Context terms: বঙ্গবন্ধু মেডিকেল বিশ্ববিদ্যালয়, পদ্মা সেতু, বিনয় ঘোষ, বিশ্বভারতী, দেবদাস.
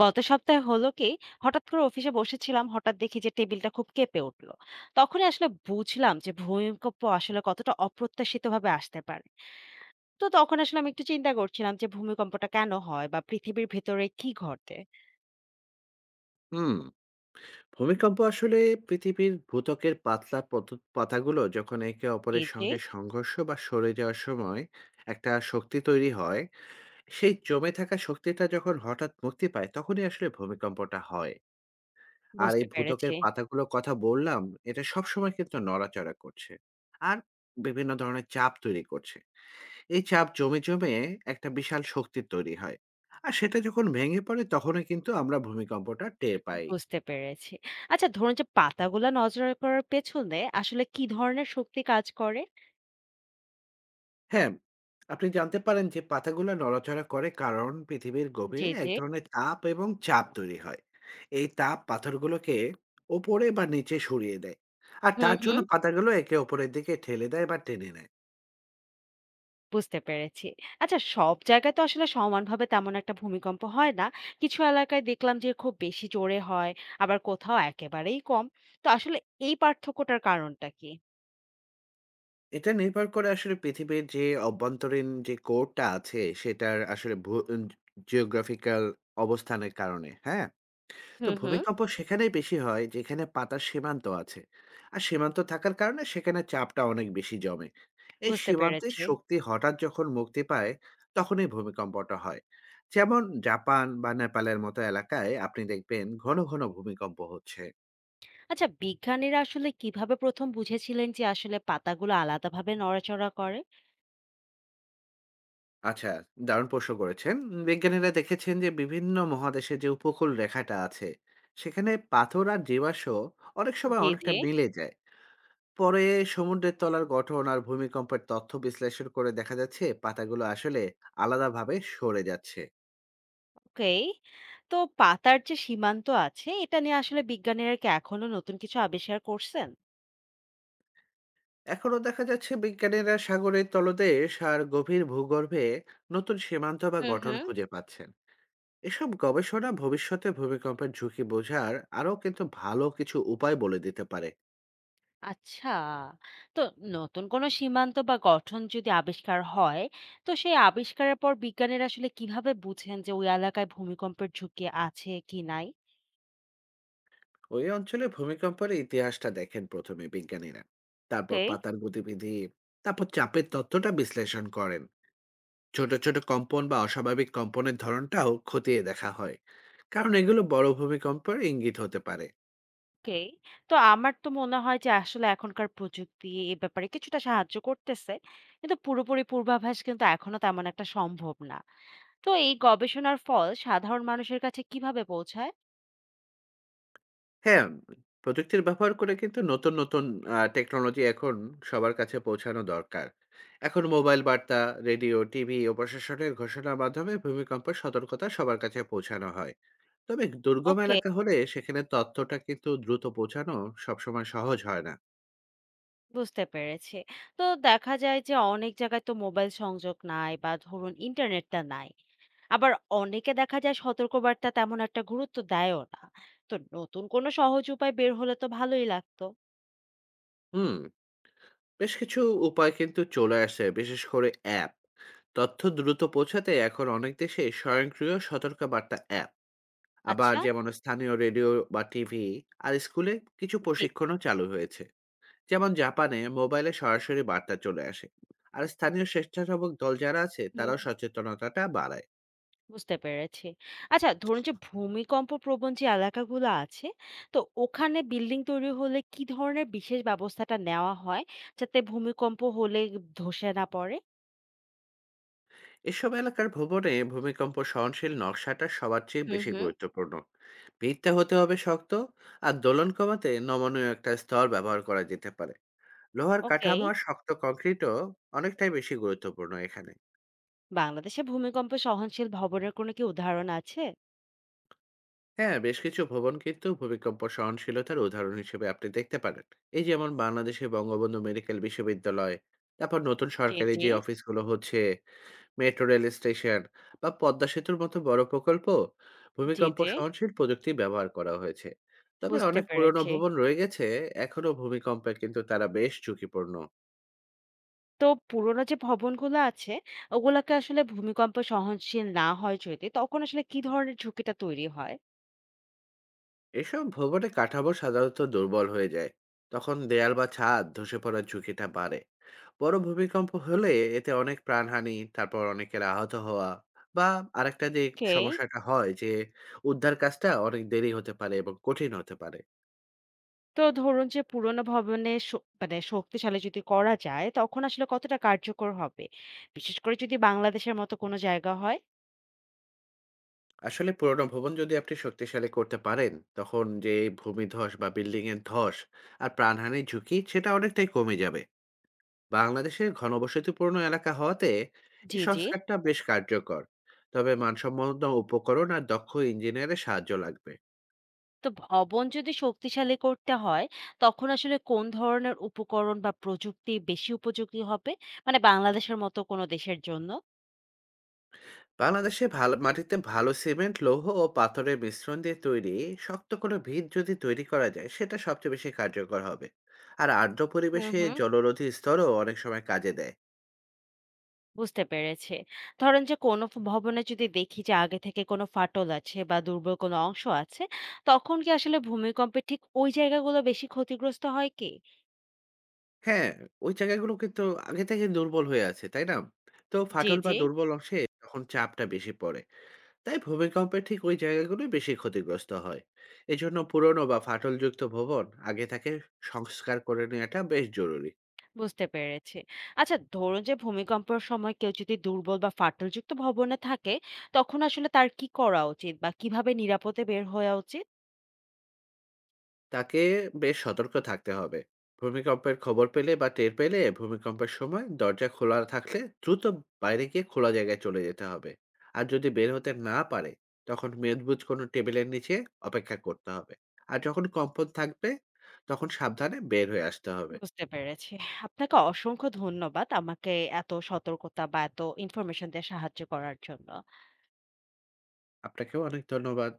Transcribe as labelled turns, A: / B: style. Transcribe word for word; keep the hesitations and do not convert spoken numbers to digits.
A: গত সপ্তাহে হলো কি, হঠাৎ করে অফিসে বসেছিলাম। হঠাৎ দেখি যে টেবিলটা খুব কেঁপে উঠলো। তখনই আসলে বুঝলাম যে ভূমিকম্প আসলে কতটা অপ্রত্যাশিত ভাবে আসতে পারে। তো তখন আসলে আমি একটু চিন্তা করছিলাম যে ভূমিকম্পটা কেন হয় বা পৃথিবীর ভেতরে কি ঘটে।
B: হুম। ভূমিকম্প আসলে পৃথিবীর ভূত্বকের পাতলা পত- পাতাগুলো যখন একে
A: জি
B: অপরের
A: জি।
B: সঙ্গে সংঘর্ষ বা সরে যাওয়ার সময় একটা শক্তি তৈরি হয়। সেই জমে থাকা শক্তিটা যখন হঠাৎ মুক্তি পায় তখনই আসলে ভূমিকম্পটা হয়। আর
A: বুঝতে
B: এই
A: পেরেছি।
B: ভূত্বকের পাতাগুলোর কথা বললাম, এটা সবসময় কিন্তু নড়াচড়া করছে আর বিভিন্ন ধরনের চাপ তৈরি করছে। এই চাপ জমে জমে একটা বিশাল শক্তি তৈরি হয়, আর সেটা যখন ভেঙে পড়ে তখনই কিন্তু আমরা ভূমিকম্পটা টের পাই।
A: বুঝতে পেরেছি। আচ্ছা ধরুন যে পাতাগুলা নজর করার পেছনে আসলে কি ধরনের শক্তি কাজ করে।
B: হ্যাঁ, আপনি জানতে পারেন যে পাতাগুলো নড়াচড়া করে কারণ পৃথিবীর
A: জি
B: গভীরে
A: জি।
B: এক ধরনের তাপ এবং চাপ তৈরি হয়। এই তাপ পাথরগুলোকে ওপরে বা নিচে সরিয়ে দেয়। আর
A: হুম
B: তার জন্য
A: হুম।
B: পাতাগুলো একে অপরের দিকে ঠেলে দেয় বা টেনে নেয়।
A: বুঝতে পেরেছি। আচ্ছা, সব জায়গায় তো আসলে সমানভাবে তেমন একটা ভূমিকম্প হয় না। কিছু এলাকায় দেখলাম যে খুব বেশি জোরে হয়, আবার কোথাও একেবারেই কম। তো আসলে এই পার্থক্যটার কারণটা কি?
B: এটা নির্ভর করে আসলে পৃথিবীর যে অভ্যন্তরীণ যে কোরটা আছে সেটার আসলে ভূ জিওগ্রাফিক্যাল অবস্থানের কারণে, হ্যাঁ? তো
A: হুম হুম।
B: ভূমিকম্প সেখানেই বেশি হয় যেখানে পাতার সীমান্ত আছে। আর সীমান্ত থাকার কারণে সেখানে চাপটা অনেক বেশি জমে। এই
A: বুঝতে
B: সীমান্তের
A: পেরেছি।
B: শক্তি হঠাৎ যখন মুক্তি পায় তখনই ভূমিকম্পটা হয়। যেমন জাপান বা নেপালের মতো এলাকায় আপনি দেখবেন ঘন ঘন ভূমিকম্প হচ্ছে।
A: আচ্ছা, বিজ্ঞানীরা আসলে কিভাবে প্রথম বুঝেছিলেন যে আসলে পাতাগুলো আলাদাভাবে নড়াচড়া করে?
B: আচ্ছা, দারুণ প্রশ্ন করেছেন। বিজ্ঞানীরা দেখেছেন যে বিভিন্ন মহাদেশে যে উপকূল রেখাটা আছে, সেখানে পাথর আর জীবাশ্ম অনেক সময়
A: জি,
B: অনেকটা
A: জি।
B: মিলে যায়। পরে সমুদ্রের তলার গঠন আর ভূমিকম্পের তথ্য বিশ্লেষণ করে দেখা যাচ্ছে পাতাগুলো আসলে আলাদাভাবে সরে যাচ্ছে।
A: ওকে। তো পাতার যে সীমান্ত আছে এটা নিয়ে আসলে বিজ্ঞানীরা কি এখনো নতুন কিছু আবিষ্কার করছেন?
B: এখনো দেখা যাচ্ছে বিজ্ঞানীরা সাগরের তলদেশ আর গভীর ভূগর্ভে নতুন সীমান্ত বা
A: হুম
B: গঠন
A: হুম।
B: খুঁজে পাচ্ছেন। এসব গবেষণা ভবিষ্যতে ভূমিকম্পের ঝুঁকি বোঝার আরও কিন্তু ভালো কিছু উপায় বলে দিতে পারে।
A: আচ্ছা। তো নতুন কোনো সীমান্ত বা গঠন যদি আবিষ্কার হয়, তো সেই আবিষ্কারের পর বিজ্ঞানীরা আসলে কিভাবে বুঝেন যে ওই এলাকায় ভূমিকম্পের ঝুঁকি আছে কি নাই?
B: ওই অঞ্চলে ভূমিকম্পের ইতিহাসটা দেখেন প্রথমে বিজ্ঞানীরা, তারপর
A: ওকে,
B: পাতার গতিবিধি, তারপর চাপের তথ্যটা বিশ্লেষণ করেন। ছোট, ছোট কম্পন বা অস্বাভাবিক কম্পনের ধরনটাও খতিয়ে দেখা হয়। কারণ এগুলো বড় ভূমিকম্পের ইঙ্গিত হতে পারে।
A: ওকে। তো আমার তো মনে হয় যে আসলে এখনকার প্রযুক্তি এ ব্যাপারে কিছুটা সাহায্য করতেছে। কিন্তু পুরোপুরি পূর্বাভাস কিন্তু এখনো তেমন একটা সম্ভব না। তো এই গবেষণার ফল সাধারণ মানুষের কাছে কিভাবে পৌঁছায়?
B: হ্যাঁ, প্রযুক্তির ব্যবহার করে কিন্তু নতুন, নতুন আ টেকনোলজি এখন সবার কাছে পৌঁছানো দরকার। এখন মোবাইল বার্তা, রেডিও, টিভি ও প্রশাসনের ঘোষণার মাধ্যমে ভূমিকম্পের সতর্কতা সবার কাছে পৌঁছানো হয়। তবে দুর্গম
A: ওকে।
B: এলাকা হলে সেখানে তথ্যটা কিন্তু দ্রুত পৌঁছানো সবসময় সহজ হয় না।
A: বুঝতে পেরেছি। তো দেখা যায় যে অনেক জায়গায় তো মোবাইল সংযোগ নাই বা ধরুন ইন্টারনেটটা নাই। আবার অনেকে দেখা যায় সতর্কবার্তা তেমন একটা গুরুত্ব দেয়ও না। তো নতুন কোনো সহজ উপায় বের হলে তো ভালোই লাগতো।
B: হুম, বেশ কিছু উপায় কিন্তু চলে আসে বিশেষ করে অ্যাপ। তথ্য দ্রুত পৌঁছাতে এখন অনেক দেশে স্বয়ংক্রিয় সতর্কবার্তা অ্যাপ, আবার
A: আচ্ছা,
B: যেমন স্থানীয় রেডিও বা টিভি, আর স্কুলে কিছু
A: জি।
B: প্রশিক্ষণও চালু হয়েছে। যেমন জাপানে মোবাইলে সরাসরি বার্তা চলে আসে, আর স্থানীয় স্বেচ্ছাসেবক দল যারা আছে
A: হুম,
B: তারাও
A: হুম।
B: সচেতনতাটা বাড়ায়।
A: বুঝতে পেরেছি। আচ্ছা ধরুন যে ভূমিকম্প প্রবণ যে এলাকাগুলো আছে, তো ওখানে বিল্ডিং তৈরি হলে কি ধরনের বিশেষ ব্যবস্থাটা নেওয়া হয়, যাতে ভূমিকম্প হলে ধসে না পড়ে?
B: এসব এলাকার ভবনে ভূমিকম্প সহনশীল নকশাটা সবার চেয়ে
A: হুম,
B: বেশি
A: হুম।
B: গুরুত্বপূর্ণ। ভিতটা হতে হবে শক্ত, আর দোলন কমাতে নমনীয় একটা স্তর ব্যবহার করা যেতে পারে। লোহার
A: ওকে।
B: কাঠামো আর শক্ত কংক্রিটও অনেকটাই বেশি গুরুত্বপূর্ণ এখানে।
A: বাংলাদেশে ভূমিকম্পে সহনশীল ভবনের কোনো কি উদাহরণ আছে?
B: হ্যাঁ, বেশ কিছু ভবন কিন্তু ভূমিকম্প সহনশীলতার উদাহরণ হিসেবে আপনি দেখতে পারেন। এই যেমন বাংলাদেশে বঙ্গবন্ধু মেডিকেল বিশ্ববিদ্যালয়, তারপর নতুন
A: জি,
B: সরকারি
A: জি,
B: যে অফিসগুলো হচ্ছে, মেট্রো রেল স্টেশন বা পদ্মা সেতুর মতো বড় প্রকল্প,
A: জি,
B: ভূমিকম্প
A: জি।
B: সহনশীল প্রযুক্তি ব্যবহার করা হয়েছে। তবে
A: বুঝতে
B: অনেক পুরনো
A: পেরেছি।
B: ভবন রয়ে গেছে, এখনো ভূমিকম্পে কিন্তু তারা বেশ ঝুঁকিপূর্ণ।
A: তো পুরোনো যে ভবনগুলো আছে, ওগুলাকে আসলে ভূমিকম্প সহনশীল না হয় যদি, তখন আসলে কি ধরনের ঝুঁকিটা তৈরি হয়?
B: এসব ভবনে কাঠামো সাধারণত দুর্বল হয়ে যায়, তখন দেয়াল বা ছাদ ধসে পড়ার ঝুঁকিটা বাড়ে। বড় ভূমিকম্প হলে এতে অনেক প্রাণহানি, তারপর অনেকের আহত হওয়া, বা আরেকটা যে
A: ওকে।
B: সমস্যাটা হয় যে উদ্ধার কাজটা অনেক দেরি হতে পারে এবং কঠিন হতে পারে।
A: তো ধরুন যে পুরোনো ভবনে শ মানে শক্তিশালী যদি করা যায়, তখন আসলে কতটা কার্যকর হবে? বিশেষ করে যদি বাংলাদেশের মতো কোনো জায়গা হয়?
B: আসলে পুরোনো ভবন যদি আপনি শক্তিশালী করতে পারেন, তখন যে ভূমিধস বা বিল্ডিং এর ধস আর প্রাণহানির ঝুঁকি সেটা অনেকটাই কমে যাবে। বাংলাদেশের ঘনবসতিপূর্ণ এলাকা হওয়াতে এই
A: জি, জি।
B: সংস্কারটা বেশ কার্যকর। তবে মানসম্পন্ন উপকরণ আর দক্ষ ইঞ্জিনিয়ারের সাহায্য লাগবে।
A: তো ভবন যদি শক্তিশালী করতে হয়, তখন আসলে কোন ধরনের উপকরণ বা প্রযুক্তি বেশি উপযোগী হবে, মানে বাংলাদেশের মতো কোনো দেশের জন্য?
B: বাংলাদেশে ভালো মাটিতে ভালো সিমেন্ট, লৌহ ও পাথরের মিশ্রণ দিয়ে তৈরি শক্ত কোনো ভিত যদি তৈরি করা যায় সেটা সবচেয়ে বেশি কার্যকর হবে। আর আর্দ্র
A: হুম
B: পরিবেশে
A: হুম।
B: জলরোধী স্তরও অনেক সময় কাজে দেয়।
A: বুঝতে পেরেছে। ধরেন যে কোনো ফ- ভবনে যদি দেখি যে আগে থেকে কোনো ফাটল আছে বা দুর্বল কোনো অংশ আছে, তখন কি আসলে ভূমিকম্পে ঠিক ওই জায়গাগুলো বেশি ক্ষতিগ্রস্ত হয় কি?
B: হ্যাঁ, ওই জায়গাগুলো কিন্তু আগে থেকে দুর্বল হয়ে আছে, তাই না? তো
A: জি
B: ফাটল বা
A: জি।
B: দুর্বল অংশে তখন চাপটা বেশি পড়ে। তাই ভূমিকম্পে ঠিক ওই জায়গাগুলোই বেশি ক্ষতিগ্রস্ত হয়। এজন্য পুরনো বা ফাটলযুক্ত ভবন আগে থেকে সংস্কার করে নেওয়াটা বেশ জরুরি।
A: বুঝতে পেরেছি। আচ্ছা ধরুন যে ভূমিকম্পের সময় কেউ যদি দুর্বল বা ফাটলযুক্ত ভবনে থাকে, তখন আসলে তার কি করা উচিত বা কিভাবে নিরাপদে বের হওয়া উচিত?
B: তাকে বেশ সতর্ক থাকতে হবে। ভূমিকম্পের খবর পেলে বা টের পেলে ভূমিকম্পের সময় দরজা খোলা থাকলে দ্রুত বাইরে গিয়ে খোলা জায়গায় চলে যেতে হবে। আর যদি বের হতে না পারে, তখন মেদবুজ কোনো টেবিলের নিচে অপেক্ষা করতে হবে। আর যখন কম্পন থাকবে, তখন সাবধানে বের হয়ে আসতে হবে।
A: বুঝতে পেরেছি। আপনাকে অসংখ্য ধন্যবাদ আমাকে এত সতর্কতা বা এত ইনফরমেশন দিয়ে সাহায্য করার জন্য।
B: আপনাকেও অনেক ধন্যবাদ।